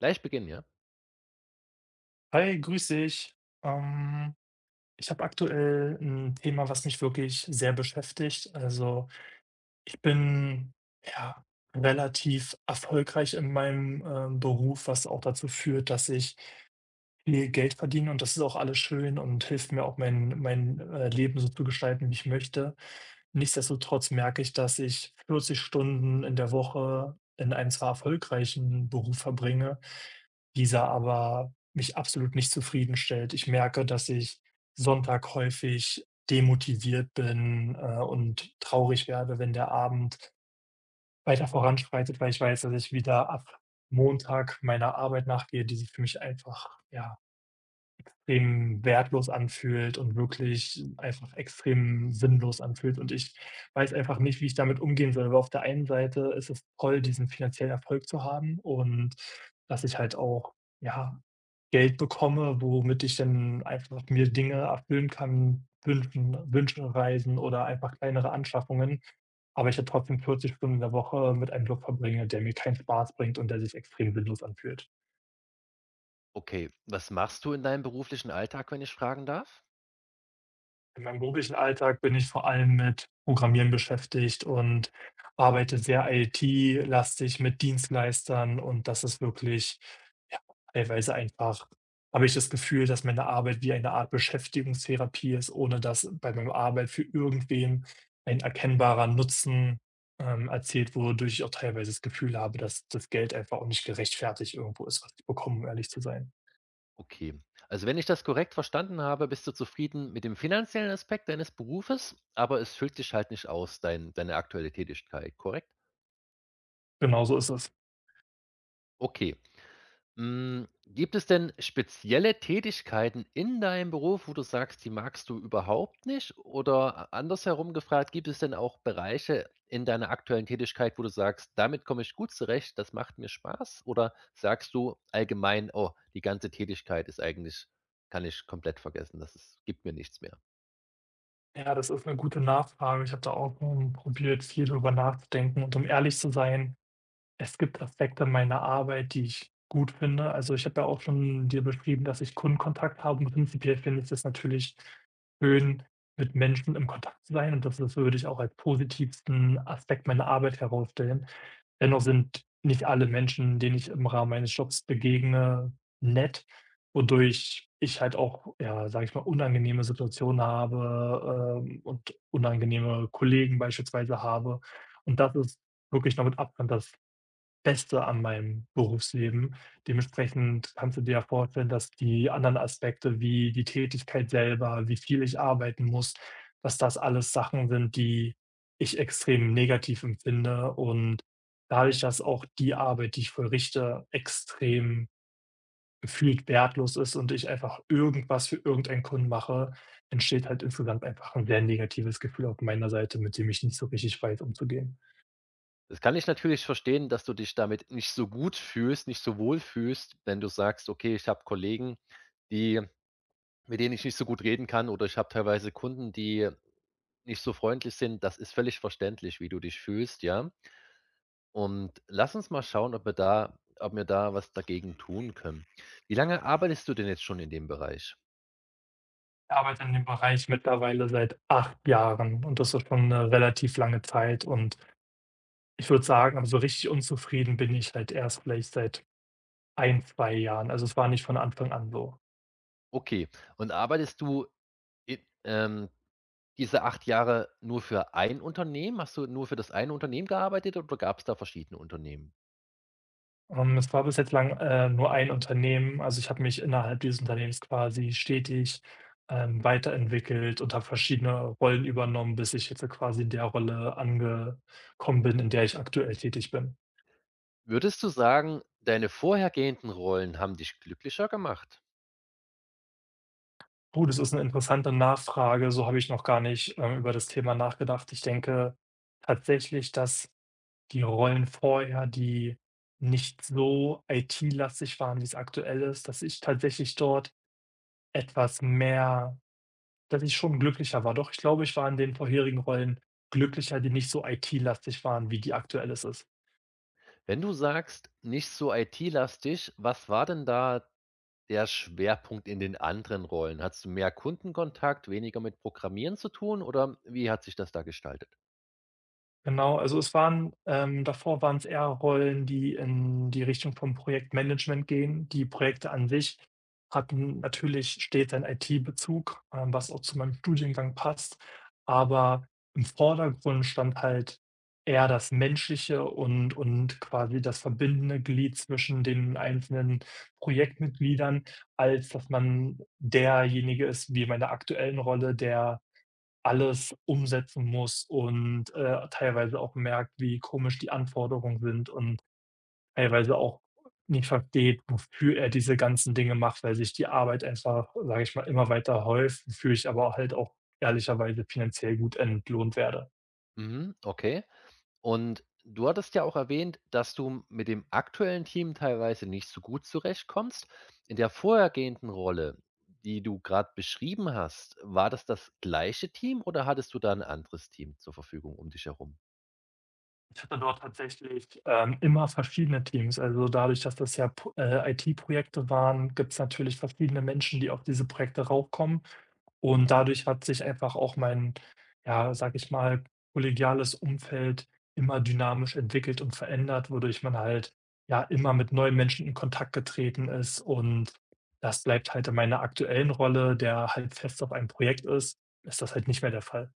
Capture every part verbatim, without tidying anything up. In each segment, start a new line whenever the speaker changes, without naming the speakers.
Gleich beginnen, ja?
Hi, grüß dich. Ähm, Ich habe aktuell ein Thema, was mich wirklich sehr beschäftigt. Also, ich bin, ja, relativ erfolgreich in meinem, ähm, Beruf, was auch dazu führt, dass ich viel Geld verdiene, und das ist auch alles schön und hilft mir auch, mein mein, äh, Leben so zu gestalten, wie ich möchte. Nichtsdestotrotz merke ich, dass ich vierzig Stunden in der Woche in einem zwar erfolgreichen Beruf verbringe, dieser aber mich absolut nicht zufriedenstellt. Ich merke, dass ich Sonntag häufig demotiviert bin, äh, und traurig werde, wenn der Abend weiter voranschreitet, weil ich weiß, dass ich wieder ab Montag meiner Arbeit nachgehe, die sich für mich einfach, ja, extrem wertlos anfühlt und wirklich einfach extrem sinnlos anfühlt. Und ich weiß einfach nicht, wie ich damit umgehen soll, weil auf der einen Seite ist es toll, diesen finanziellen Erfolg zu haben und dass ich halt auch, ja, Geld bekomme, womit ich dann einfach mir Dinge erfüllen kann, wünschen Wünsche, Reisen oder einfach kleinere Anschaffungen. Aber ich ja trotzdem vierzig Stunden in der Woche mit einem Job verbringe, der mir keinen Spaß bringt und der sich extrem sinnlos anfühlt.
Okay, was machst du in deinem beruflichen Alltag, wenn ich fragen darf?
In meinem beruflichen Alltag bin ich vor allem mit Programmieren beschäftigt und arbeite sehr I T-lastig mit Dienstleistern, und das ist wirklich, ja, teilweise einfach habe ich das Gefühl, dass meine Arbeit wie eine Art Beschäftigungstherapie ist, ohne dass bei meiner Arbeit für irgendwen ein erkennbarer Nutzen, ähm, erzielt wurde, wodurch ich auch teilweise das Gefühl habe, dass das Geld einfach auch nicht gerechtfertigt irgendwo ist, was ich bekomme, um ehrlich zu sein.
Okay, also wenn ich das korrekt verstanden habe, bist du zufrieden mit dem finanziellen Aspekt deines Berufes, aber es füllt dich halt nicht aus, dein, deine aktuelle Tätigkeit, korrekt?
Genau so ist es.
Okay. Hm, gibt es denn spezielle Tätigkeiten in deinem Beruf, wo du sagst, die magst du überhaupt nicht? Oder a andersherum gefragt, gibt es denn auch Bereiche in deiner aktuellen Tätigkeit, wo du sagst: „Damit komme ich gut zurecht, das macht mir Spaß“? Oder sagst du allgemein: „Oh, die ganze Tätigkeit ist eigentlich kann ich komplett vergessen, das ist gibt mir nichts mehr?“
Ja, das ist 'ne gute Nachfrage. Ich habe da auch, hm, probiert, viel drüber nachzudenken, und um ehrlich zu sein, es gibt Aspekte meiner Arbeit, die ich gut finde. Also, ich habe ja auch schon dir beschrieben, dass ich Kundenkontakt habe, und prinzipiell finde ich das natürlich schön, mit Menschen im Kontakt zu sein, und das das würde ich auch als positivsten Aspekt meiner Arbeit herausstellen. Dennoch sind nicht alle Menschen, denen ich im Rahmen meines Jobs begegne, nett, wodurch ich halt auch, ja, sage ich mal, unangenehme Situationen habe, ähm, und unangenehme Kollegen beispielsweise habe. Und das ist wirklich noch mit Abstand das Beste an meinem Berufsleben. Dementsprechend kannst du dir ja vorstellen, dass die anderen Aspekte wie die Tätigkeit selber, wie viel ich arbeiten muss, dass das alles Sachen sind, die ich extrem negativ empfinde, und dadurch, dass auch die Arbeit, die ich vollrichte, extrem gefühlt wertlos ist und ich einfach irgendwas für irgendeinen Kunden mache, entsteht halt insgesamt einfach ein sehr negatives Gefühl auf meiner Seite, mit dem ich nicht so richtig weiß, umzugehen.
Das kann ich natürlich verstehen, dass du dich damit nicht so gut fühlst, nicht so wohl fühlst, wenn du sagst: „Okay, ich habe Kollegen, die mit denen ich nicht so gut reden kann oder ich habe teilweise Kunden, die nicht so freundlich sind. Das ist völlig verständlich, wie du dich fühlst, ja. Und lass uns mal schauen, ob wir da ob wir da was dagegen tun können. Wie lange arbeitest du denn jetzt schon in dem Bereich?
Ich arbeite in dem Bereich mittlerweile seit acht Jahren, und das ist schon eine relativ lange Zeit, und ich würde sagen, aber so richtig unzufrieden bin ich halt erst vielleicht seit ein zwei Jahren. Also, es war nicht von Anfang an so.
Okay. Und arbeitest du i ähm, diese acht Jahre nur für ein Unternehmen? Hast du nur für das eine Unternehmen gearbeitet oder gab es da verschiedene Unternehmen?
Ähm, es war bis jetzt lang, äh, nur ein Unternehmen. Also, ich habe mich innerhalb dieses Unternehmens quasi stetig, ähm, weiterentwickelt und habe verschiedene Rollen übernommen, bis ich jetzt quasi in der Rolle angekommen bin, in der ich aktuell tätig bin.
Würdest du sagen, deine vorhergehenden Rollen haben dich glücklicher gemacht?
Oh, das ist eine interessante Nachfrage. So habe ich noch gar nicht, ähm, über das Thema nachgedacht. Ich denke tatsächlich, dass die Rollen vorher, die nicht so I T-lastig waren, wie es aktuell ist, dass ich tatsächlich dort etwas mehr dass ich schon glücklicher war. Doch, ich glaube, ich war in den vorherigen Rollen glücklicher, die nicht so I T-lastig waren, wie die aktuell es ist.
Wenn du sagst, nicht so I T-lastig, was war denn da der Schwerpunkt in den anderen Rollen? Hattest du mehr Kundenkontakt, weniger mit Programmieren zu tun oder wie hat sich das da gestaltet?
Genau, also es waren ähm, davor waren es eher Rollen, die in die Richtung vom Projektmanagement gehen. Die Projekte an sich hatten natürlich stets einen I T-Bezug, ähm, was auch zu meinem Studiengang passt, aber im Vordergrund stand halt eher das Menschliche und und quasi das verbindende Glied zwischen den einzelnen Projektmitgliedern, als dass man derjenige ist wie in meiner aktuellen Rolle, der alles umsetzen muss und, äh, teilweise auch merkt, wie komisch die Anforderungen sind und teilweise auch nicht versteht, wofür er diese ganzen Dinge macht, weil sich die Arbeit einfach, sage ich mal, immer weiter häuft, wofür ich aber halt auch ehrlicherweise finanziell gut entlohnt werde.
Mhm, okay. Und du hattest ja auch erwähnt, dass du mit dem aktuellen Team teilweise nicht so gut zurechtkommst. In der vorhergehenden Rolle, die du gerade beschrieben hast, war das das gleiche Team oder hattest du da ein anderes Team zur Verfügung um dich herum?
Ich hatte dort tatsächlich, ähm, immer verschiedene Teams. Also, dadurch, dass das ja P äh, I T-Projekte waren, gibt es natürlich verschiedene Menschen, die auf diese Projekte raufkommen. Und dadurch hat sich einfach auch mein, ja, sage ich mal, kollegiales Umfeld immer dynamisch entwickelt und verändert, wodurch man halt, ja, immer mit neuen Menschen in Kontakt getreten ist, und das bleibt halt in meiner aktuellen Rolle, der halt fest auf einem Projekt ist, ist das halt nicht mehr der Fall.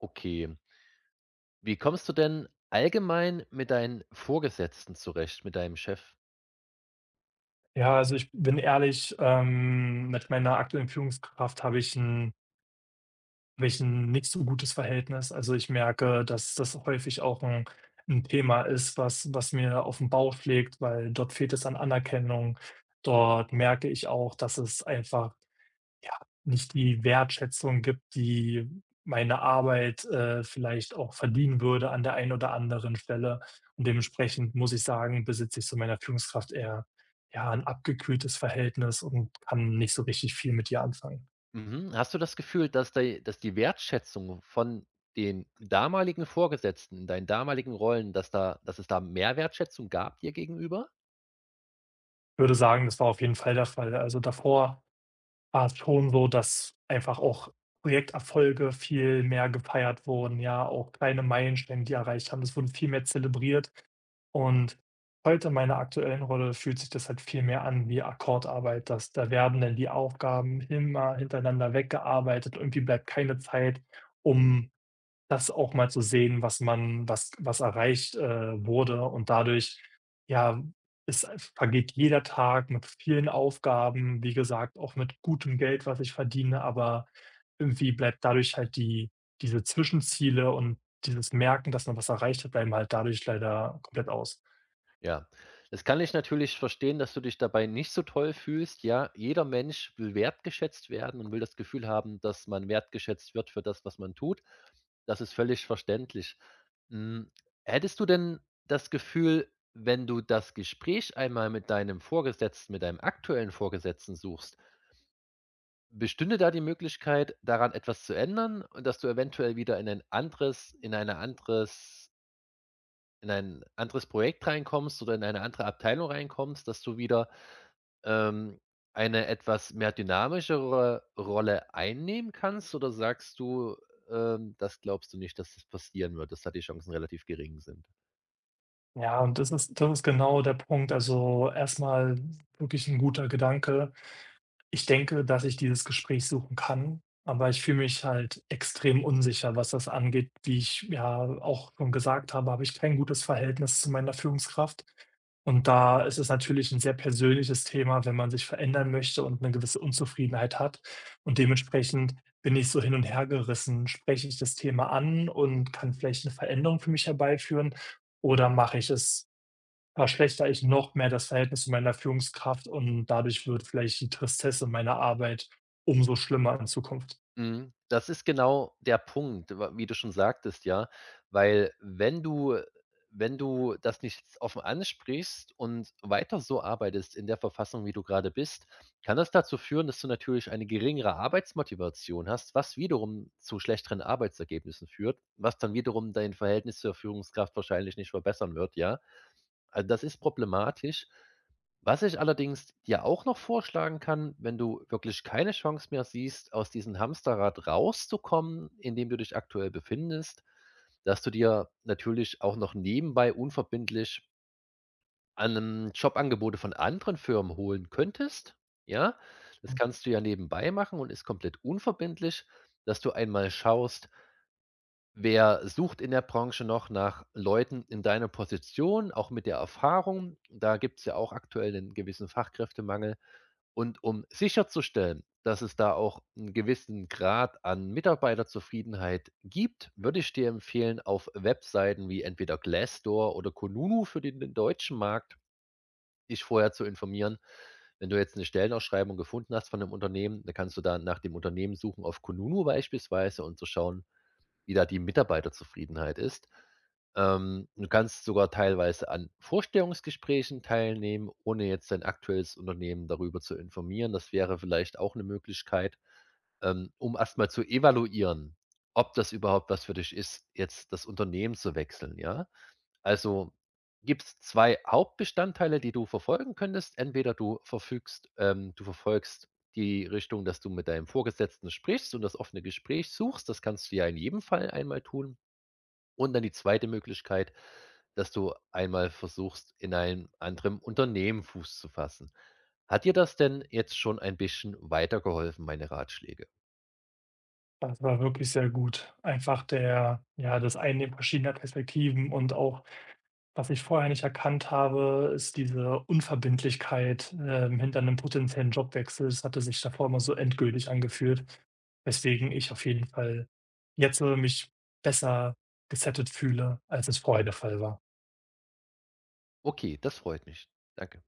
Okay. Wie kommst du denn allgemein mit deinen Vorgesetzten zurecht, mit deinem Chef?
Ja, also ich bin ehrlich, ähm, mit meiner aktuellen Führungskraft habe ich ein Habe ich 'n nicht so gutes Verhältnis. Also, ich merke, dass das häufig auch ein 'n Thema ist, was was mir auf den Bauch schlägt, weil dort fehlt es an Anerkennung. Dort merke ich auch, dass es einfach, ja, nicht die Wertschätzung gibt, die meine Arbeit, äh, vielleicht auch verdienen würde an der einen oder anderen Stelle. Und dementsprechend muss ich sagen, besitze ich zu meiner Führungskraft eher, ja, 'n abgekühltes Verhältnis und kann nicht so richtig viel mit ihr anfangen.
Mhm. Hast du das Gefühl, dass de dass die Wertschätzung von den damaligen Vorgesetzten in deinen damaligen Rollen, dass da dass es da mehr Wertschätzung gab dir gegenüber?
Würde sagen, das war auf jeden Fall der Fall. Also, davor war es schon so, dass einfach auch Projekterfolge viel mehr gefeiert wurden, ja, auch kleine Meilensteine, die erreicht haben. Das wurden viel mehr zelebriert. Und heute in meiner aktuellen Rolle fühlt sich das halt viel mehr an wie Akkordarbeit, dass da werden dann die Aufgaben immer hintereinander weggearbeitet. Irgendwie bleibt keine Zeit, um das auch mal zu sehen, was man was was erreicht, äh, wurde, und dadurch, ja, es vergeht jeder Tag mit vielen Aufgaben, wie gesagt, auch mit gutem Geld, was ich verdiene, aber irgendwie bleibt dadurch halt die diese Zwischenziele und dieses Merken, dass man was erreicht hat, bleiben halt dadurch leider komplett aus.
Ja, das kann ich natürlich verstehen, dass du dich dabei nicht so toll fühlst. Ja, jeder Mensch will wertgeschätzt werden und will das Gefühl haben, dass man wertgeschätzt wird für das, was man tut. Das ist völlig verständlich. Hm, hättest du denn das Gefühl, wenn du das Gespräch einmal mit deinem Vorgesetzten, mit deinem aktuellen Vorgesetzten suchst, bestünde da die Möglichkeit, daran etwas zu ändern und dass du eventuell wieder in ein anderes in eine anderes in ein anderes Projekt reinkommst oder in eine andere Abteilung reinkommst, dass du wieder, ähm, eine etwas mehr dynamischere Rolle einnehmen kannst oder sagst du, ähm, das glaubst du nicht, dass das passieren wird, dass da die Chancen relativ gering sind?
Ja, und das ist das ist genau der Punkt. Also, erstmal wirklich ein guter Gedanke. Ich denke, dass ich dieses Gespräch suchen kann, aber ich fühle mich halt extrem unsicher, was das angeht. Wie ich ja auch schon gesagt habe, habe ich kein gutes Verhältnis zu meiner Führungskraft. Und da ist es natürlich ein sehr persönliches Thema, wenn man sich verändern möchte und eine gewisse Unzufriedenheit hat. Und dementsprechend bin ich so hin und her gerissen. Spreche ich das Thema an und kann vielleicht eine Veränderung für mich herbeiführen, oder mache ich es verschlechter ich noch mehr das Verhältnis zu meiner Führungskraft, und dadurch wird vielleicht die Tristesse meiner Arbeit umso schlimmer in Zukunft.
Mhm. Das ist genau der Punkt, wa wie du schon sagtest, ja, weil wenn du wenn du das nicht offen ansprichst und weiter so arbeitest in der Verfassung, wie du gerade bist, kann das dazu führen, dass du natürlich eine geringere Arbeitsmotivation hast, was wiederum zu schlechteren Arbeitsergebnissen führt, was dann wiederum dein Verhältnis zur Führungskraft wahrscheinlich nicht verbessern wird, ja? Also, das ist problematisch. Was ich allerdings dir auch noch vorschlagen kann, wenn du wirklich keine Chance mehr siehst, aus diesem Hamsterrad rauszukommen, in dem du dich aktuell befindest, dass du dir natürlich auch noch nebenbei unverbindlich an 'nem Jobangebote von anderen Firmen holen könntest, ja? Das kannst du ja nebenbei machen und ist komplett unverbindlich, dass du einmal schaust, wer sucht in der Branche noch nach Leuten in deiner Position, auch mit der Erfahrung? Da gibt's ja auch aktuell einen gewissen Fachkräftemangel. Und um sicherzustellen, dass es da auch einen gewissen Grad an Mitarbeiterzufriedenheit gibt, würde ich dir empfehlen, auf Webseiten wie entweder Glassdoor oder Kununu für den den deutschen Markt, dich vorher zu informieren. Wenn du jetzt eine Stellenausschreibung gefunden hast von einem Unternehmen, dann kannst du da nach dem Unternehmen suchen auf Kununu beispielsweise und zu schauen, wie da die Mitarbeiterzufriedenheit ist. Ähm, du kannst sogar teilweise an Vorstellungsgesprächen teilnehmen, ohne jetzt dein aktuelles Unternehmen darüber zu informieren. Das wäre vielleicht auch eine Möglichkeit, ähm, um erstmal zu evaluieren, ob das überhaupt was für dich ist, jetzt das Unternehmen zu wechseln, ja? Also gibt es zwei Hauptbestandteile, die du verfolgen könntest. Entweder du verfügst ähm, du verfolgst die Richtung, dass du mit deinem Vorgesetzten sprichst und das offene Gespräch suchst. Das kannst du ja in jedem Fall einmal tun. Und dann die zweite Möglichkeit, dass du einmal versuchst, in einem anderen Unternehmen Fuß zu fassen. Hat dir das denn jetzt schon ein bisschen weitergeholfen, meine Ratschläge?
Das war wirklich sehr gut. Einfach der ja, das Einnehmen verschiedener Perspektiven und auch, was ich vorher nicht erkannt habe, ist diese Unverbindlichkeit, ähm, hinter einem potenziellen Jobwechsel. Das hatte sich davor immer so endgültig angefühlt, weswegen ich auf jeden Fall jetzt, äh, mich besser gesettelt fühle, als es vorher der Fall war.
Okay, das freut mich. Danke.